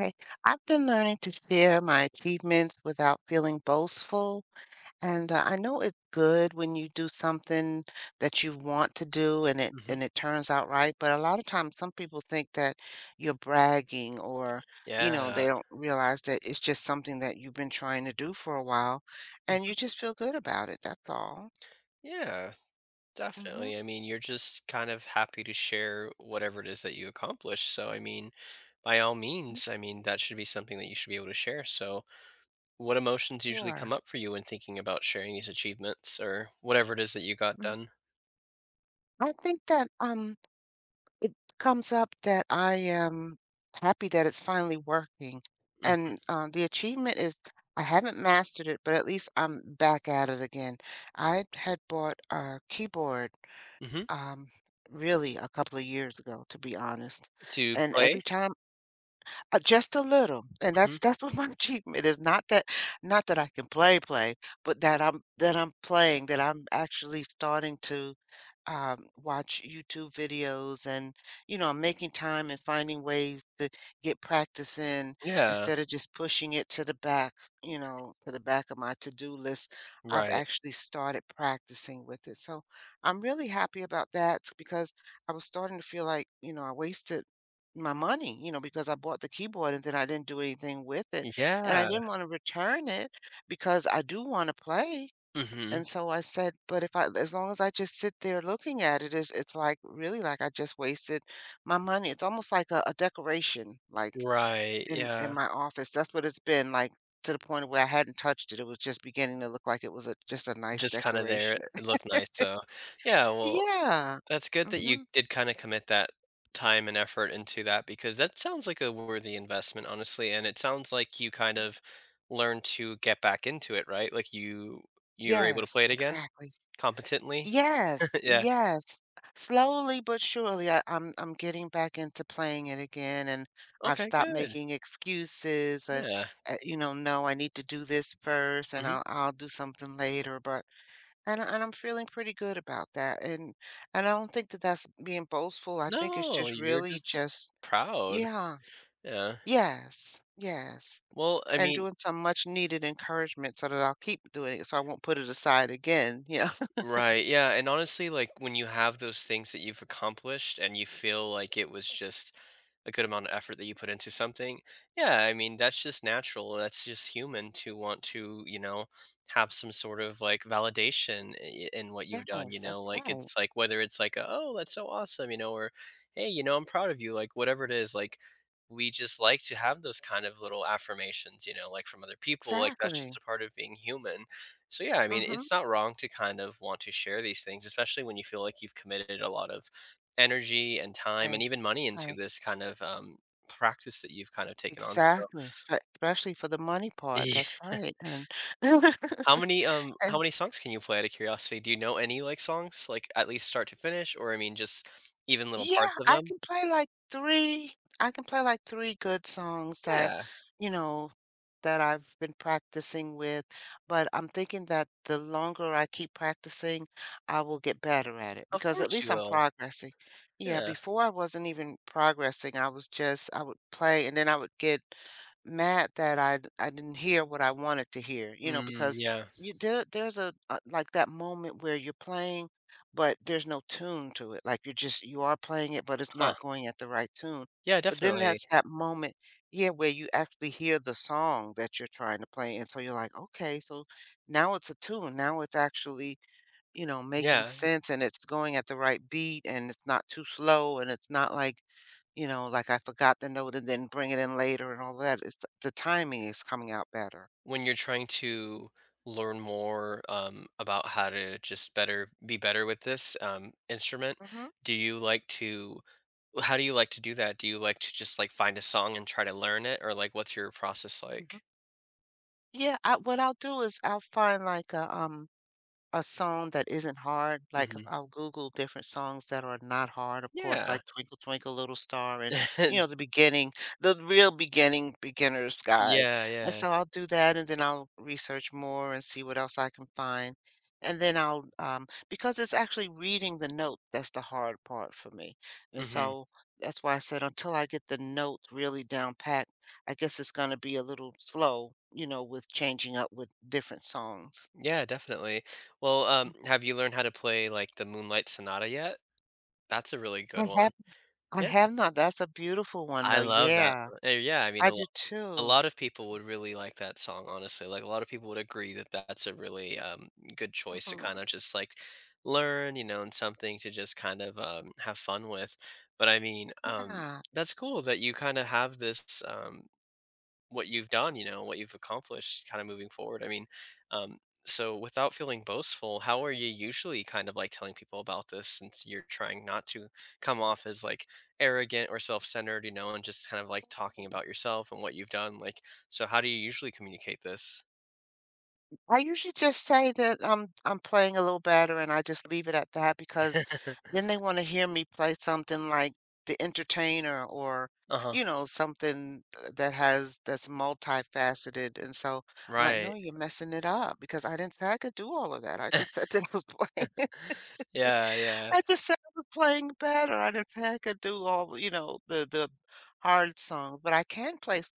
Okay, I've been learning to share my achievements without feeling boastful. And I know it's good when you do something that you want to do and it Mhm. and it turns out right. But a lot of times, some people think that you're bragging, or you know, Yeah. they don't realize that it's just something that you've been trying to do for a while, and you Mhm. just feel good about it. That's all. Yeah, Mm-hmm. definitely. You're just kind of happy to share whatever it is that you accomplish. So, by all means, that should be something that you should be able to share. So, what emotions usually Sure. come up for you when thinking about sharing these achievements or whatever it is that you got Mhm. done? I think that it comes up that I am happy that it's finally working, and, Mhm. uh, the achievement is I haven't mastered it, but at least I'm back at it again. I had bought a keyboard, Mhm. um, really a couple of years ago, to be honest, To and every play? time just a little, and Mhm. that's what my achievement is. Not that not that I can play, but that I'm playing, that I'm actually starting to watch YouTube videos and you know, I'm making time and finding ways to get practice in Yeah. instead of just pushing it to the back, you know, to the back of my to-do list. I've Right. actually started practicing with it. So I'm really happy about that because I was starting to feel like, you know, I wasted my money, you know, because I bought the keyboard and then I didn't do anything with it. And I Yeah. didn't want to return it because I do want to play. Mhm. And so I said, but if I, as long as I just sit there looking at it, it's like really like I just wasted my money. It's almost like a decoration, like Right. in Yeah. my office. That's what it's been like, to the point where I hadn't touched it. It was just beginning to look like it was a, just a nice Just kind of there. decoration. It looked nice. So, yeah, well, Yeah. that's good that you Hmm. did kinda commit that time and effort into that because that sounds like a worthy investment, honestly, and it sounds like you kind of learned to get back into it, right? Like, you were able to Yes, play it again exactly. competently? Yes, Yeah. yes. Slowly but surely, I'm getting back into playing it again, and I've Okay, stopped good. making excuses. Yeah. You know, no, I need to do this first, and Mhm. I'll do something later. But and I- and I'm feeling pretty good about that, and I don't think that that's being boastful. I think it's No, just you're really just just proud. yeah, Yeah. yes, yes, Well, and doing some much needed encouragement so that I'll keep doing it, so I won't put it aside again. You know, Right, yeah, and honestly, like, when you have those things that you've accomplished and you feel like it was just a good amount of effort that you put into something, yeah, that's just natural, that's just human to want to, have some sort of, like, validation I in what you've done, you yes, that's know? Like, right. it's like whether it's like, a, "Oh, that's so awesome," you know, or, "Hey, you know, I'm proud of you," like, whatever it is, like, we just like to have those kind of little affirmations, you know, like, from other people, like, that's Exactly. just a part of being human. So yeah, Mhm. it's not wrong to kind of want to share these things, especially when you feel like you've committed a lot of energy and time and Right. even money into Right. this kind of practice that you've kind of taken on. So, Exactly. Spe especially for the money part, yeah. that's right, and How many how and many songs can you play? Out of curiosity, do you know any like songs, like at least start to finish, or I mean, just even little yeah, parts of I them? can play like 3 I can play like 3 good songs that, Yeah, you know, that I've been practicing with, but I'm thinking that the longer I keep practicing, I will get better at it of because at course you least I'm will. progressing. Yeah, Yeah. before I wasn't even progressing. I was just I would play and then I would get mad that I didn't hear what I wanted to hear, you know, Mm, because yeah. you there there's a like that moment where you're playing but there's no tune to it. Like you're just you are playing it but it's Huh. not going at the right tune. Yeah, But then definitely. that's that moment yeah, where you actually hear the song that you're trying to play, and so you're like, "Okay, so now it's a tune, now it's actually, you know, making Yeah. sense and it's going at the right beat and it's not too slow and it's not like, you know, like I forgot the note and then bring it in later and all that." It's the timing is coming out better. When you're trying to learn more about how to just better be better with this instrument, Mhm, do you like to how do you like to do that? Do you like to just like find a song and try to learn it, or like, what's your process mhm. like? Yeah, I what I'll do is I'll find like a a song that isn't hard, like, Hmm. I'll Google different songs that are not hard, of course, Yeah. like Twinkle Twinkle Little Star and, you know, the beginning, the real beginning beginner's guide, Yeah, and yeah. so I'll do that, and then I'll research more and see what else I can find, and then because it's actually reading the note that's the hard part for me, and Hmm. so that's why I said until I get the note really down pat, I guess it's gonna be a little slow, you know, with changing up with different songs. Yeah, definitely. Well have you learned how to play like the Moonlight Sonata yet? That's a really good I one. have I Yeah, have not. That's a beautiful one, I though. love that. Yeah, yeah, i mean I a do a too. lot of people would really like that song, honestly. Like, a lot of people would agree that that's a really, good choice to Mhm. kinda just, like, learn, you know, and something to just kind of, have fun with. But, Yeah. that's cool that you kinda have this, what you've done, you know, what you've accomplished kind of moving forward. Um, so without feeling boastful, how are you usually kind of like telling people about this, since you're trying not to come off as like arrogant or self centered, you know, and just kind of like talking about yourself and what you've done? Like, so how do you usually communicate this? I usually just say that I'm playing a little better and I just leave it at that because then they wanna hear me play something like The Entertainer or, Uh huh. you know, something that has that's multifaceted, and so I'm like, Right. "No, you're messing it up because I didn't say I could do all of that. I just said that I was playing." Yeah. Yeah. I just said I was playing better. I didn't think I could do all, you know, the hard song, but I can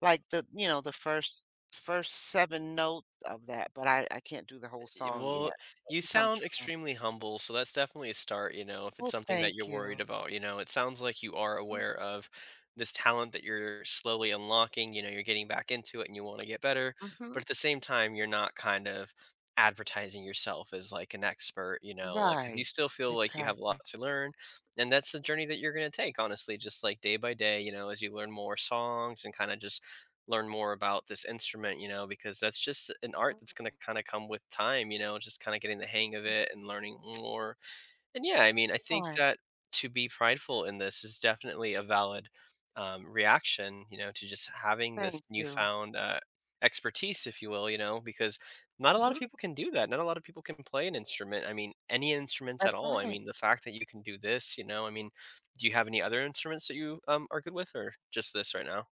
like the, you know, the first first seven notes of that, but I can't do the whole song Well, yet. At you least I'm sound trying. extremely humble, so that's definitely a start, you know, if it's Well, something that you're thank worried you. about, you know. It sounds like you are Mm. aware of this talent that you're slowly unlocking, you know, you're getting back into it and you want to get better, Mm-hmm. but at the same time, you're not kind of advertising yourself as like an expert, you know, like cuz you Right. still feel like you have a lot Exactly. to learn, and that's the journey that you're going to take, honestly, just like day by day, you know, as you learn more songs and kind of just learn more about this instrument, you know, because that's just an art that's going to Right. kind of come with time, you know, just kind of getting the hang of Mhm. it and learning more. And yeah, I think Right. that to be prideful in this is definitely a valid reaction, you know, to just having this Thank you. newfound expertise, if you will, you know, because not a lot of Hmm. people can do that. Not a lot of people can play an instrument. I mean, any instruments at That's all. I right. mean, the fact that you can do this, you know, do you have any other instruments that you are good with, or just this right now?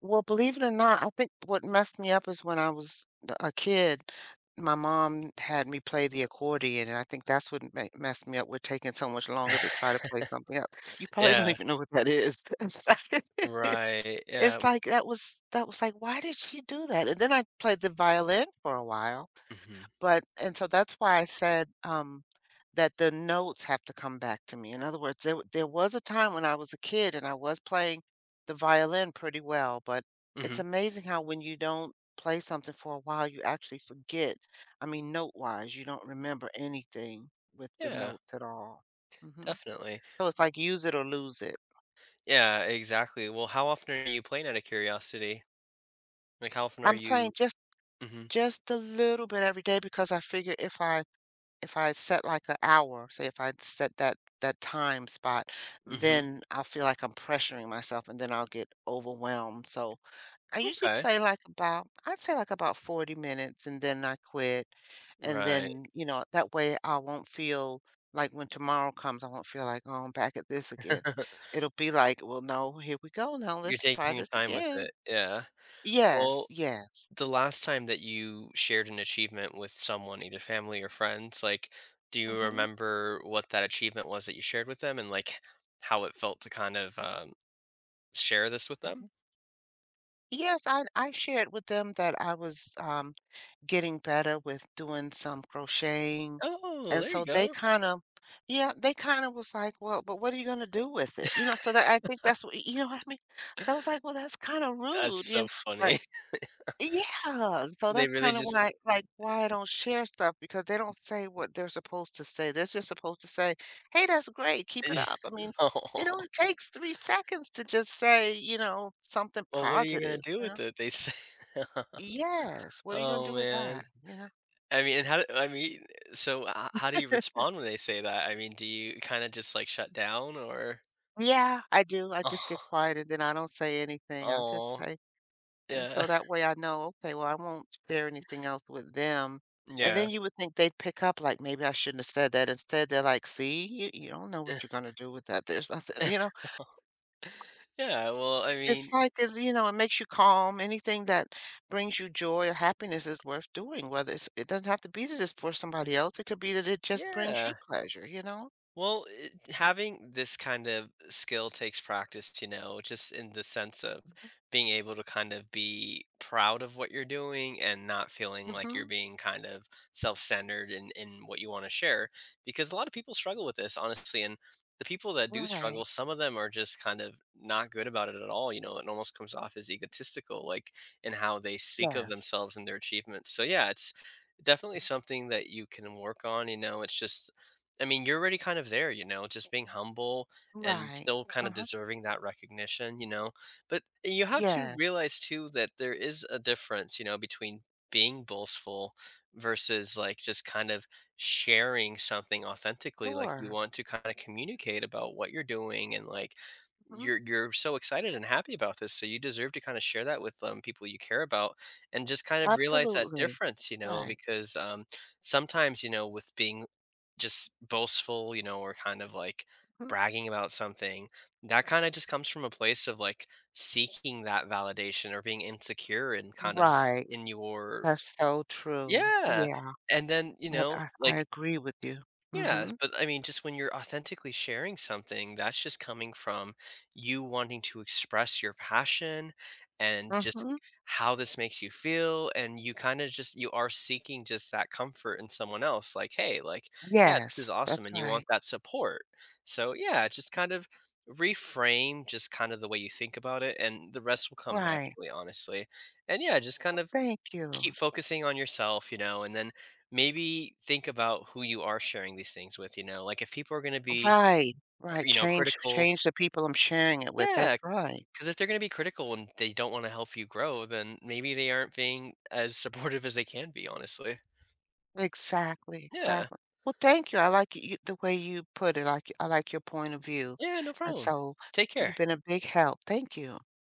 Well, believe it or not, I think what messed me up is when I was a kid, my mom had me play the accordion, and I think that's what messed me up with taking so much longer to try to play something else. You probably don't Yeah. even know what that is. It's like, Right. Yeah. it's like that was like, why did she do that? And then I played the violin for a while. Mhm. But and so that's why I said, that the notes have to come back to me. In other words, there was a time when I was a kid and I was playing the violin pretty well, but it's Mhm. amazing how when you don't play something for a while, you actually forget. I mean, note-wise, you don't remember anything with the Yeah, notes at all. Mhm. definitely. So it's Well, like use it or lose it. yeah, exactly. Well, how often are you playing, out of curiosity? Like, how often are I'm playing you Mhm. just a little bit every day because I figure if I set like an hour, say if I set that time spot, Mhm. then I'll feel like I'm pressuring myself and then I'll get overwhelmed. So I usually Okay. play like about, I'd say like about 40 minutes and then I quit. And Right. then, you know, that way I won't feel like when tomorrow comes, I won't feel like, oh, I'm back at this again. It'll be like, well, no, here we go. Now You're let's try taking your this time with again. it. Yeah. Yes, Well, yes. the last time that you shared an achievement with someone, either family or friends, like, do you Hmm. remember what that achievement was that you shared with them, and, like, how it felt to kind of, share this with them? Yes, I shared with them that I was getting better with doing some crocheting. Oh, And there you so they go. kinda yeah, they kinda was like, "Well, but what are you gonna do with it?" You know, so that I think that's what you know what I mean? So I was like, "Well, that's kinda That's rude," you so know, but funny. yeah, so They that's really kinda just why like, why I don't share stuff because they don't say what they're supposed to say. They're just supposed to say, "Hey, that's great, keep it Yeah. up." I mean, it Oh, only takes 3 seconds to just say, you know, something well, what are you gonna positive, do you with know? it? They say. Yes, what are you gonna do Oh, with man. that, you know? I mean, and how do I mean, so h how do you respond when they say that? I mean, do you kinda just, like, shut down or Yeah, I do. I just get Oh, quiet and then I don't say anything. I'll just oh say, and yeah, so that way I know, okay, well, I won't share anything else with them. And yeah. then you would think they'd pick up, like, maybe I shouldn't have said that. Instead, they're like, see, you don't know what you're going to do with that. There's nothing, you know, Yeah, well, you know, it makes you calm. Anything that brings you joy or happiness is worth doing, whether it doesn't have to be that it's for somebody else. It could be that it just brings yeah. you pleasure, you know? Well, it, having this kind of skill takes practice, you know, just in the sense of being able to kind of be proud of what you're doing and not feeling like Mm-hmm. you're being kind of self-centered in what you want to share, because a lot of people struggle with this, honestly, and the people that do struggle, Right. some of them are just kind of not good about it at all, you know, it almost comes off as egotistical, like in how they speak of Yes. themselves and their achievements. So yeah, it's definitely something that you can work on, you know, it's just you're already kind of there, you know, just being humble and Right. still kind of Uh-huh. deserving that recognition, you know. But you have to Yes. realize too that there is a difference, you know, between being boastful versus like just kind of sharing something authentically. Like, you Sure. want to kind of communicate about what you're doing, and like Mhm. you're so excited and happy about this, so you deserve to kind of share that with people you care about, and just kind of realize that Absolutely. difference, you know, Right. because sometimes, you know, with being just boastful, you know, or kind of like Mhm. bragging about something, that kind of just comes from a place of like seeking that validation, or being insecure and kind of Right. in your That's so true. yeah. Yeah. And then, you I know, I like agree with you. yeah, Mhm. but just when you're authentically sharing something, that's just coming from you wanting to express your passion, and just Mhm. how this makes you feel. And you kind of just, you are seeking just that comfort in someone else. Like, hey, like, yeah, this is Yes. That's awesome. And you want right. that support. So, yeah, just kind of reframe just kind of the way you think about it. And the rest will come Right. naturally, honestly. And yeah, just kind of Thank you. keep focusing on yourself, you know, and then maybe think about who you are sharing these things with, you know, like if people are going to be, Right. Right. you know, Change critical. change the people I'm sharing it with. That's Yeah. right. Because if they're going to be critical and they don't want to help you grow, then maybe they aren't being as supportive as they can be, honestly. Exactly, Yeah. exactly. Well, thank you. I like you the way you put it. Like I like your point of view. Yeah. No And problem. so Take you've care. been a big help. Thank you.